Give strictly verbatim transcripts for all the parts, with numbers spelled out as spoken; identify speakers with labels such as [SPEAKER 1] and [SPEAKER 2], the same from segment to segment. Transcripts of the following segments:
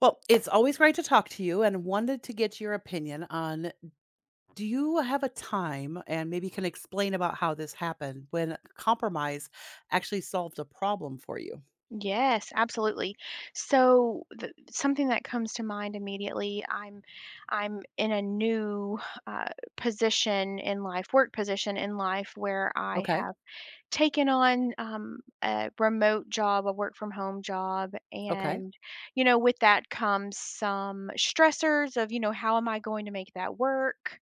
[SPEAKER 1] Well, it's always great to talk to you and wanted to get your opinion on do you have a time and maybe can explain about how this happened when compromise actually solved a problem for you?
[SPEAKER 2] Yes, absolutely. So the, something that comes to mind immediately, I'm I'm in a new uh, position in life, work position in life where I
[SPEAKER 1] Okay.
[SPEAKER 2] have taken on um, a remote job, a work from home job,
[SPEAKER 1] Okay.
[SPEAKER 2] and you know, with that comes some stressors of, you know, how am I going to make that work?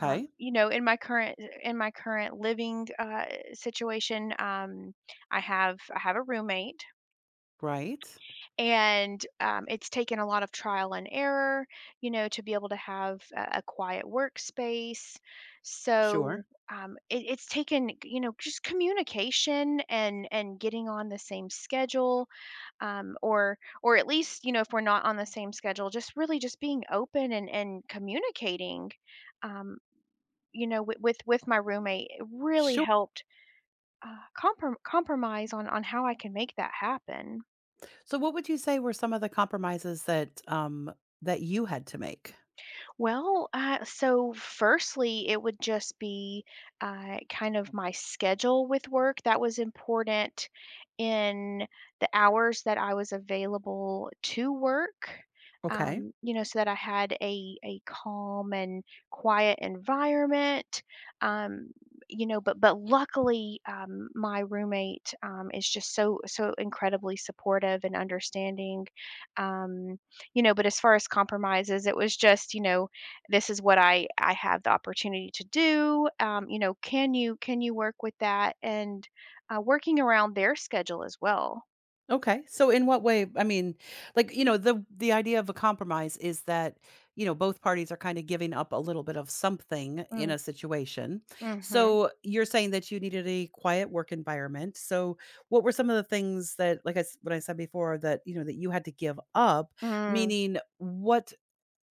[SPEAKER 2] Um, you know, in my current in my current living uh, situation, um, I have I have a roommate
[SPEAKER 1] Right.
[SPEAKER 2] and um, it's taken a lot of trial and error, you know, to be able to have a, a quiet workspace. So
[SPEAKER 1] Sure.
[SPEAKER 2] um, it, it's taken, you know, just communication and and getting on the same schedule, um, or or at least, you know, if we're not on the same schedule, just really just being open and and communicating, um, you know, with, with with my roommate. It really
[SPEAKER 1] Sure.
[SPEAKER 2] helped uh, comprom- compromise on on how I can make that happen.
[SPEAKER 1] So what would you say were some of the compromises that um that you had to make?
[SPEAKER 2] Well, uh, so firstly, it would just be uh, kind of my schedule with work. That was important in the hours that I was available to work,
[SPEAKER 1] Okay.
[SPEAKER 2] um, you know, so that I had a, a calm and quiet environment. Um, you know, but but luckily, um, my roommate um, is just so so incredibly supportive and understanding. Um, you know, but as far as compromises, it was just, you know, this is what I I have the opportunity to do. Um, you know, can you can you work with that and uh, working around their schedule as well.
[SPEAKER 1] Okay. So in what way, I mean, like, you know, the the idea of a compromise is that, you know, both parties are kind of giving up a little bit of something in
[SPEAKER 2] Mm,
[SPEAKER 1] a situation.
[SPEAKER 2] mhm.
[SPEAKER 1] So you're saying that you needed a quiet work environment. So what were some of the things that like I s- what I said before that, you know, that you had to give up,
[SPEAKER 2] Mm,
[SPEAKER 1] meaning what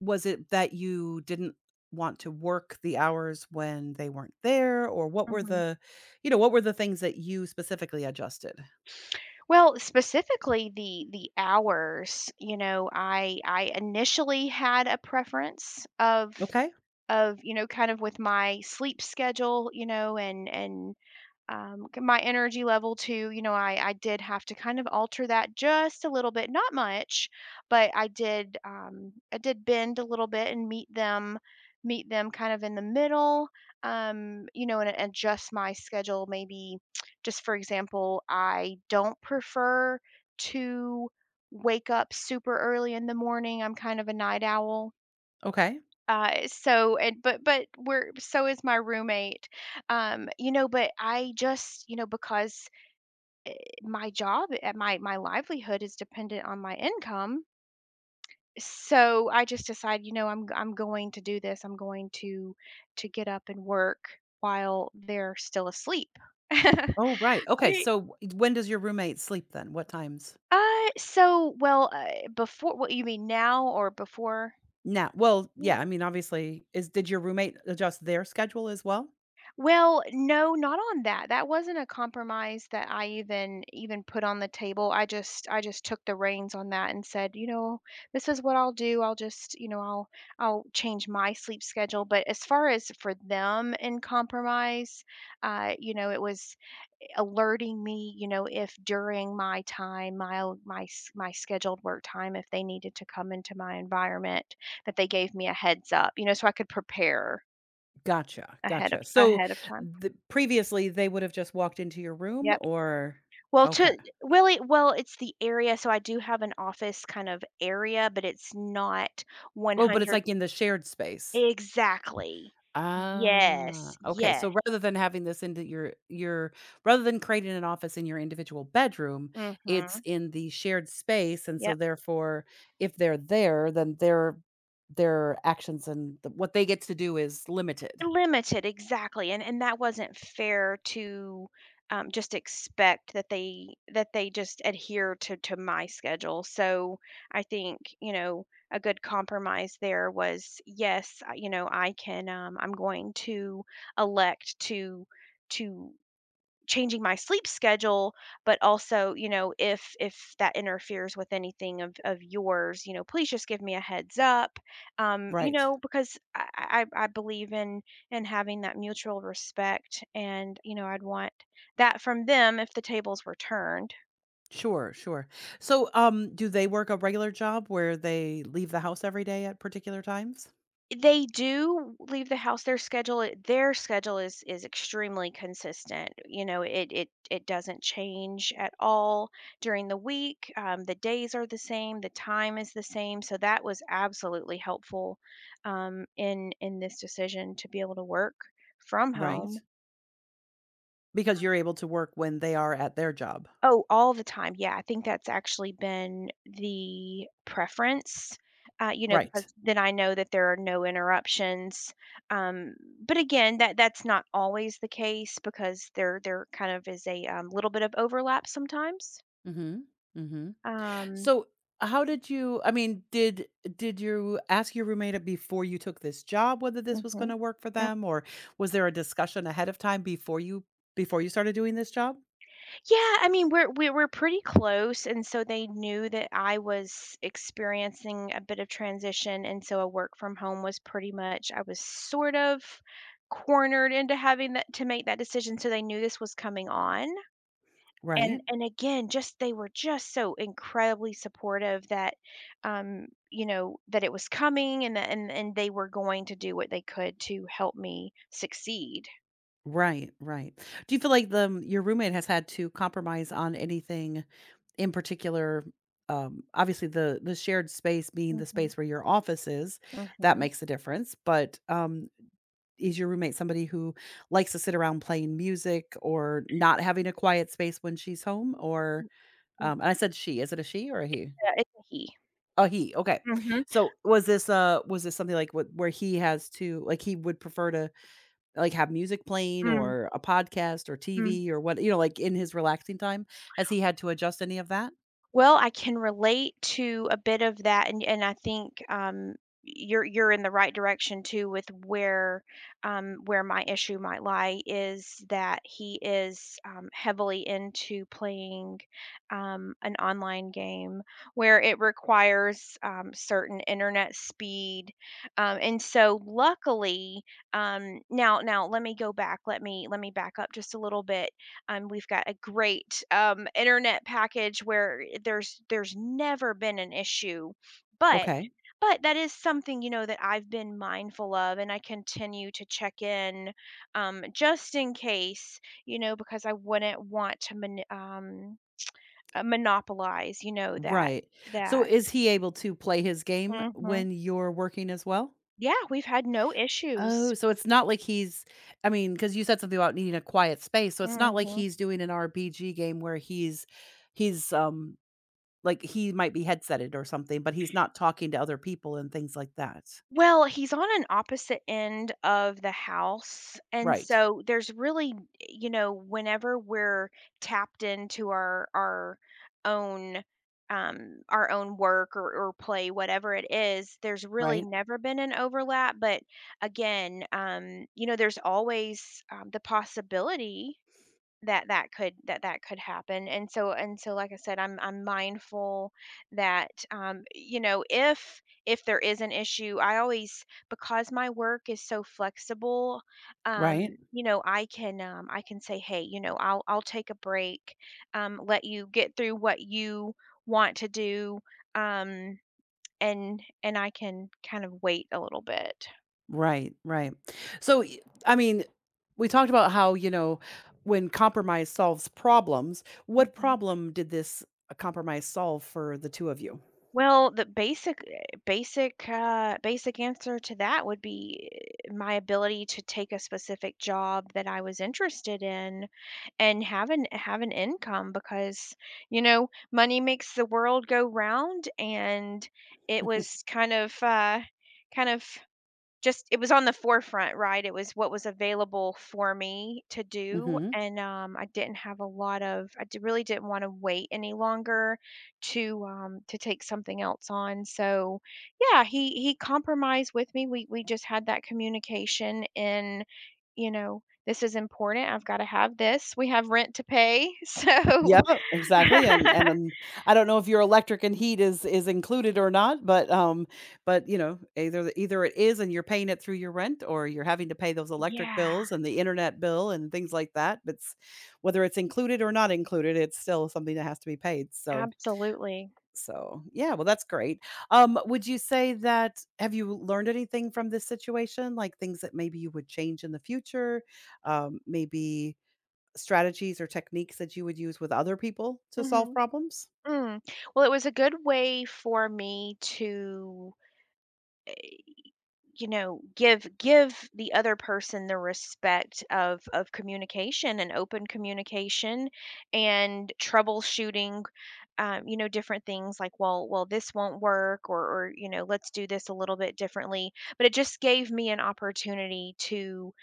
[SPEAKER 1] was it that you didn't want to work the hours when they weren't there or what were
[SPEAKER 2] mhm.
[SPEAKER 1] the, you know, what were the things that you specifically adjusted?
[SPEAKER 2] Well, specifically the the hours, you know, I I initially had a preference of
[SPEAKER 1] Okay?
[SPEAKER 2] of, you know, kind of with my sleep schedule, you know, and and um, c- my energy level too. You know, I I did have to kind of alter that just a little bit, not much, but I did, um, I did bend a little bit and meet them, meet them kind of in the middle. Um, you know, and adjust my schedule. Maybe, just for example, I don't prefer to wake up super early in the morning. I'm kind of a night owl,
[SPEAKER 1] Okay.
[SPEAKER 2] uh, so and but but we're so is my roommate. Um, you know, but I just, you know, because my job and my my livelihood is dependent on my income, so I just decide, you know, I'm I'm going to do this. I'm going to to get up and work while they're still asleep. I-
[SPEAKER 1] Oh, right. Okay. So eh, when does your roommate sleep then? What times?
[SPEAKER 2] Uh, so well, uh, before, what you mean now or before?
[SPEAKER 1] Now, well,
[SPEAKER 2] Yeah.
[SPEAKER 1] yeah, I mean, obviously, is did your roommate adjust their schedule as well?
[SPEAKER 2] Well, no, not on that. That wasn't a compromise that I even even put on the table. I just I just took the reins on that and said, you know, this is what I'll do. I'll just, you know, I'll I'll change my sleep schedule. But as far as for them in compromise, uh, you know, it was alerting me, you know, if during my time, my my s- my scheduled work time, if they needed to come into my environment, that they gave me a heads up, you know, so I could prepare
[SPEAKER 1] Gotcha,
[SPEAKER 2] ahead of
[SPEAKER 1] gotcha. So,
[SPEAKER 2] ahead of time.
[SPEAKER 1] the previously, they would have just walked into your room
[SPEAKER 2] Yeah.
[SPEAKER 1] or
[SPEAKER 2] Well,
[SPEAKER 1] okay.
[SPEAKER 2] to really well, it's the area, so I do have an office kind of area, but it's not
[SPEAKER 1] Oh, but it's
[SPEAKER 2] one hundred.
[SPEAKER 1] like in the shared space.
[SPEAKER 2] Exactly. Mm.
[SPEAKER 1] Ah,
[SPEAKER 2] Yes,
[SPEAKER 1] okay, so
[SPEAKER 2] yes,
[SPEAKER 1] rather than having this into your your rather than creating an office in your individual bedroom, it's
[SPEAKER 2] mhm,
[SPEAKER 1] in the shared space, and so
[SPEAKER 2] yep.
[SPEAKER 1] therefore, if they're there, then their their actions and the what they get to do is limited.
[SPEAKER 2] Limited, exactly, and and that wasn't fair to, um, just expect that they that they just adhere to to my schedule. So I think, you know, a good compromise there was, yes, I, you know, I can, um, I'm going to elect to to changing my sleep schedule, but also, you know, if if that interferes with anything of of yours, you know, please just give me a heads up. Um, you
[SPEAKER 1] Right.
[SPEAKER 2] know, because I I, I I believe in in having that mutual respect, and you know, I'd want that from them if the tables were turned.
[SPEAKER 1] Sure, sure. So, um, do they work a regular job where they leave the house every day at particular times?
[SPEAKER 2] They do leave the house. Their schedule eh, their schedule is is extremely consistent. You know, it it it doesn't change at all during the week. Um, the days are the same, the time is the same, so that was absolutely helpful, um, in in this decision to be able to work from
[SPEAKER 1] Right.
[SPEAKER 2] home.
[SPEAKER 1] Because you're able to work when they are at their job.
[SPEAKER 2] Oh, all the time, yeah, I think that's actually been the preference, uh, you know,
[SPEAKER 1] Right.
[SPEAKER 2] because then I know that there are no interruptions, um, but again, that that's not always the case because there there kind of is a, um, little bit of overlap sometimes.
[SPEAKER 1] Mhm. Mhm.
[SPEAKER 2] Um
[SPEAKER 1] So, how did you I mean, did did you ask your roommate before you took this job whether this was
[SPEAKER 2] Mhm.
[SPEAKER 1] gonna work for them, or was there a discussion ahead of time before you before you started doing this job?
[SPEAKER 2] Yeah, I mean, we're we we're pretty close, and so they knew that I was experiencing a bit of transition, and so a work from home was pretty much I was sort of cornered into having that to make that decision, so they knew this was coming on. And
[SPEAKER 1] Right.
[SPEAKER 2] and again, just they were just so incredibly supportive that um, you know, that it was coming and that and and they were going to do what they could to help me succeed.
[SPEAKER 1] Right, right. Do you feel like the um, your roommate has had to compromise on anything in particular? Um, obviously, the the shared space being the
[SPEAKER 2] Mhm.
[SPEAKER 1] space where your office is, that
[SPEAKER 2] Mhm.
[SPEAKER 1] makes a difference. But um, is your roommate somebody who likes to sit around playing music or not having a quiet space when she's home? Or
[SPEAKER 2] Mm.
[SPEAKER 1] um, and I said she. Is it a she or a he?
[SPEAKER 2] Yeah, it's a he.
[SPEAKER 1] A he. Okay.
[SPEAKER 2] Mhm.
[SPEAKER 1] So was this uh was this something like what where he has to like he would prefer to like, have music playing
[SPEAKER 2] Mm.
[SPEAKER 1] or a podcast or T V or what you know, like, in his relaxing time? Has he had to adjust any of that?
[SPEAKER 2] Well, I can relate to a bit of that, and and I think, um, you're you're in the right direction too with where, um, where my issue might lie is that he is, um, heavily into playing, um, an online game where it requires, um, certain internet speed, um, and so luckily, um now now let me go back, let me let me back up just a little bit. Um, we've got a great um, internet package where there's there's never been an issue, but
[SPEAKER 1] Okay.
[SPEAKER 2] but that is something, you know, that I've been mindful of, and I continue to check in, um, just in case, you know, because I wouldn't want to mon- um, uh, monopolize, you know, that
[SPEAKER 1] Right. So
[SPEAKER 2] that.
[SPEAKER 1] is he able to play his game
[SPEAKER 2] hmm.
[SPEAKER 1] when you're working as well?
[SPEAKER 2] Yeah, we've had no
[SPEAKER 1] Oh,
[SPEAKER 2] issues.
[SPEAKER 1] so it's not like he's I mean, because you said something about needing a quiet space, so it's not like
[SPEAKER 2] hmm.
[SPEAKER 1] he's doing an R P G game where he's he's, um, Like, he might be headsetted or something, but he's not talking to other people and things like that.
[SPEAKER 2] Well, he's on an opposite end of the house, and
[SPEAKER 1] Right.
[SPEAKER 2] so there's really, you know, whenever we're tapped into our our own um our own work, or, or play, whatever it is, there's really
[SPEAKER 1] Right.
[SPEAKER 2] never been an overlap. But again, um you know, there's always um, the possibility that that could that that could happen, and so and so like I said, i'm i'm mindful that, um you know, if if there is an issue, I always, because my work is so flexible,
[SPEAKER 1] Right.
[SPEAKER 2] um you know, I can, um I can say, hey, you know, i'll i'll take a break, um let you get through what you want to do, um and and I can kind of wait a little bit.
[SPEAKER 1] Right. Right. So, y I mean, we talked about how, you know, when compromise solves problems, what
[SPEAKER 2] Mhm.
[SPEAKER 1] problem did this, uh, compromise solve for the two of you?
[SPEAKER 2] Well, the basic eh, basic, uh, basic answer to that would be eh, my ability to take a specific job that I was interested in and have an have an income because, you know, money makes the world go round and it was kind of uh, kind of just it was on the forefront, right? It was what was available for me to do,
[SPEAKER 1] Mhm.
[SPEAKER 2] and, um, I didn't have a lot of I d really didn't wanna wait any longer to, um to take something else on, so, yeah, he he compromised with me, we we just had that communication and, you know, "This is important, I've gotta have this, we have rent to pay," so.
[SPEAKER 1] Yeah, exactly, and and, um, I don't know if your electric and heat is is included or not, but, um but, you know, either either it is and you're paying it through your rent or you're having to pay those electric bills
[SPEAKER 2] Yeah,
[SPEAKER 1] and the internet bill and things like that. But it's whether it's included or not included, it's still something that has to be paid, so
[SPEAKER 2] absolutely.
[SPEAKER 1] so, yeah, well, that's great. Um, would you say that have you learned anything from this situation? Like, things that maybe you would change in the future? Um, maybe strategies or techniques that you would use with other people to solve
[SPEAKER 2] Mhm.
[SPEAKER 1] problems?
[SPEAKER 2] Mm. Well, it was a good way for me to, you know, give give the other person the respect of of communication and open communication and troubleshooting, um, you know, different things like, well, well, this won't work, or or you know, let's do this a little bit differently. But it just gave me an opportunity to,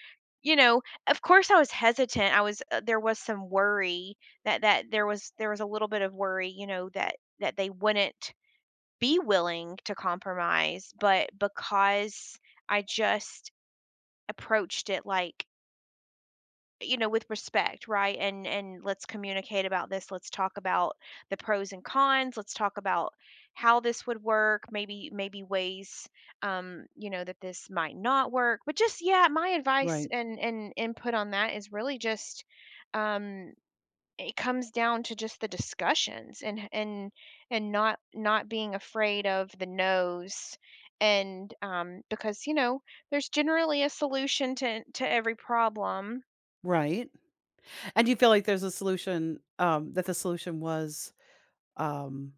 [SPEAKER 2] you know, of course, I was hesitant. I was, uh, there was some worry that that there was there was a little bit of worry, you know, that that they wouldn't be willing to compromise, but because I just approached it like, you know, with respect, right? And and let's communicate about this. Let's talk about the pros and cons. Let's talk about how this would work, maybe maybe ways, um, you know, that this might not work. But just yeah, my advice
[SPEAKER 1] Right,
[SPEAKER 2] and and input on that is really just um it comes down to just the discussions and and and not not being afraid of the no's and, um, because you know there's generally a solution to to every problem.
[SPEAKER 1] right. And do you feel like there's a solution, um, that the solution was, um,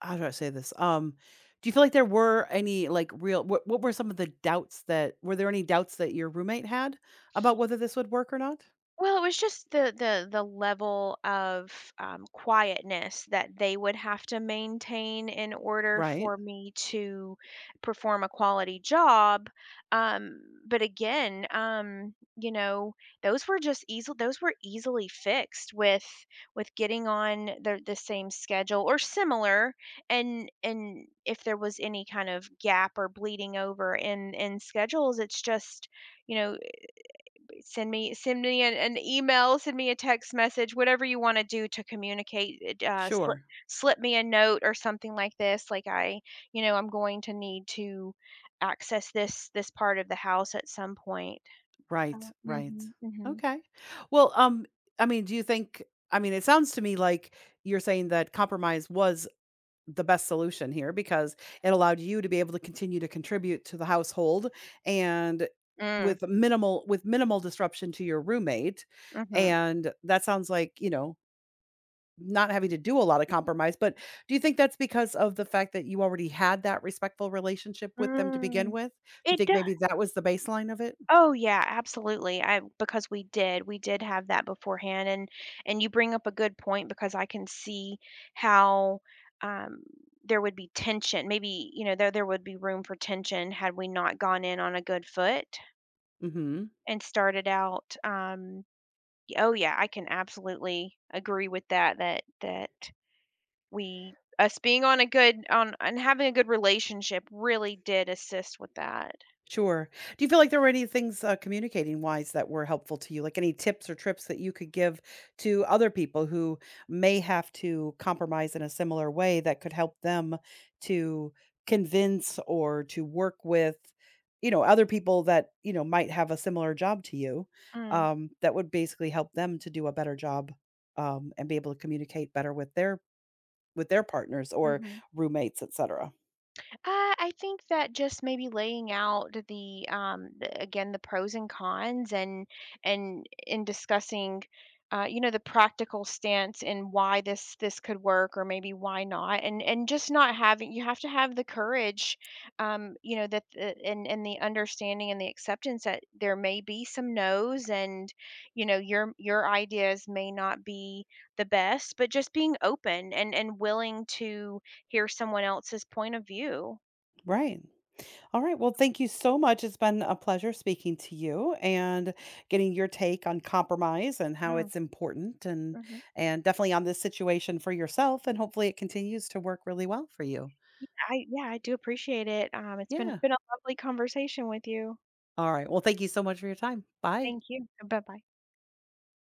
[SPEAKER 1] how do I say this? Um, do you feel like there were any like real what what were some of the doubts that were there any doubts that your roommate had about whether this would work or not?
[SPEAKER 2] Well, it was just the the the level of, um, quietness that they would have to maintain in order
[SPEAKER 1] Right.
[SPEAKER 2] for me to perform a quality job, um, but again, um, you know, those were just easily, those were easily fixed with with getting on the the same schedule or similar, and and if there was any kind of gap or bleeding over in in schedules, it's just, you know, send me send me an, an email, send me a text message, whatever you want to do to communicate. It, Uh, slip
[SPEAKER 1] Sure.
[SPEAKER 2] Slip me a note or something like this. Like I, you know, I'm going to need to access this this part of the house at some point.
[SPEAKER 1] Right,
[SPEAKER 2] Oh,
[SPEAKER 1] right.
[SPEAKER 2] mhm, mhm.
[SPEAKER 1] Okay. Well, um, I mean, do you think I mean, it sounds to me like you're saying that compromise was the best solution here because it allowed you to be able to continue to contribute to the household and
[SPEAKER 2] Mm,
[SPEAKER 1] with minimal with minimal disruption to your roommate
[SPEAKER 2] mhm.
[SPEAKER 1] and that sounds like, you know, not having to do a lot of compromise, but do you think that's because of the fact that you already had that respectful relationship with them to begin
[SPEAKER 2] Mm.
[SPEAKER 1] with? Do you
[SPEAKER 2] It
[SPEAKER 1] think
[SPEAKER 2] does.
[SPEAKER 1] maybe that was the baseline of it?
[SPEAKER 2] Oh yeah, absolutely. I, because we did. We did have that beforehand, and and you bring up a good point because I can see how um there would be tension. Maybe, you know, there there would be room for tension had we not gone in on a good foot
[SPEAKER 1] Mhm.
[SPEAKER 2] and started out um y- oh yeah, I can absolutely agree with that that that we us being on a good on and having a good relationship really did assist with that.
[SPEAKER 1] Sure. Do you feel like there were any things, uh, communicating wise that were helpful to you? Like any tips or trips that you could give to other people who may have to compromise in a similar way that could help them to convince or to work with, you know, other people that, you know, might have a similar job to you,
[SPEAKER 2] Mm,
[SPEAKER 1] um, that would basically help them to do a better job, um, and be able to communicate better with their with their partners or
[SPEAKER 2] mhm.
[SPEAKER 1] roommates, et cetera?
[SPEAKER 2] Uh, I think that just maybe laying out the, um, the again the pros and cons and and in discussing, uh, you know, the practical stance and why this this could work or maybe why not, and and just not having, you have to have the courage, um, you know, that the, and and the understanding and the acceptance that there may be some no's and you know your your ideas may not be the best, but just being open and and willing to hear someone else's point of view.
[SPEAKER 1] Right. All right. Well, thank you so much. It's been a pleasure speaking to you and getting your take on compromise and how
[SPEAKER 2] Mm,
[SPEAKER 1] it's important and
[SPEAKER 2] mhm.
[SPEAKER 1] and definitely on this situation for yourself and hopefully it continues to work really well for you.
[SPEAKER 2] Yeah, I yeah, I do appreciate it. Um, it's been
[SPEAKER 1] Yeah.
[SPEAKER 2] been a lovely conversation with you.
[SPEAKER 1] All right. Well, thank you so much for your time. Bye.
[SPEAKER 2] Thank you. Bye-bye.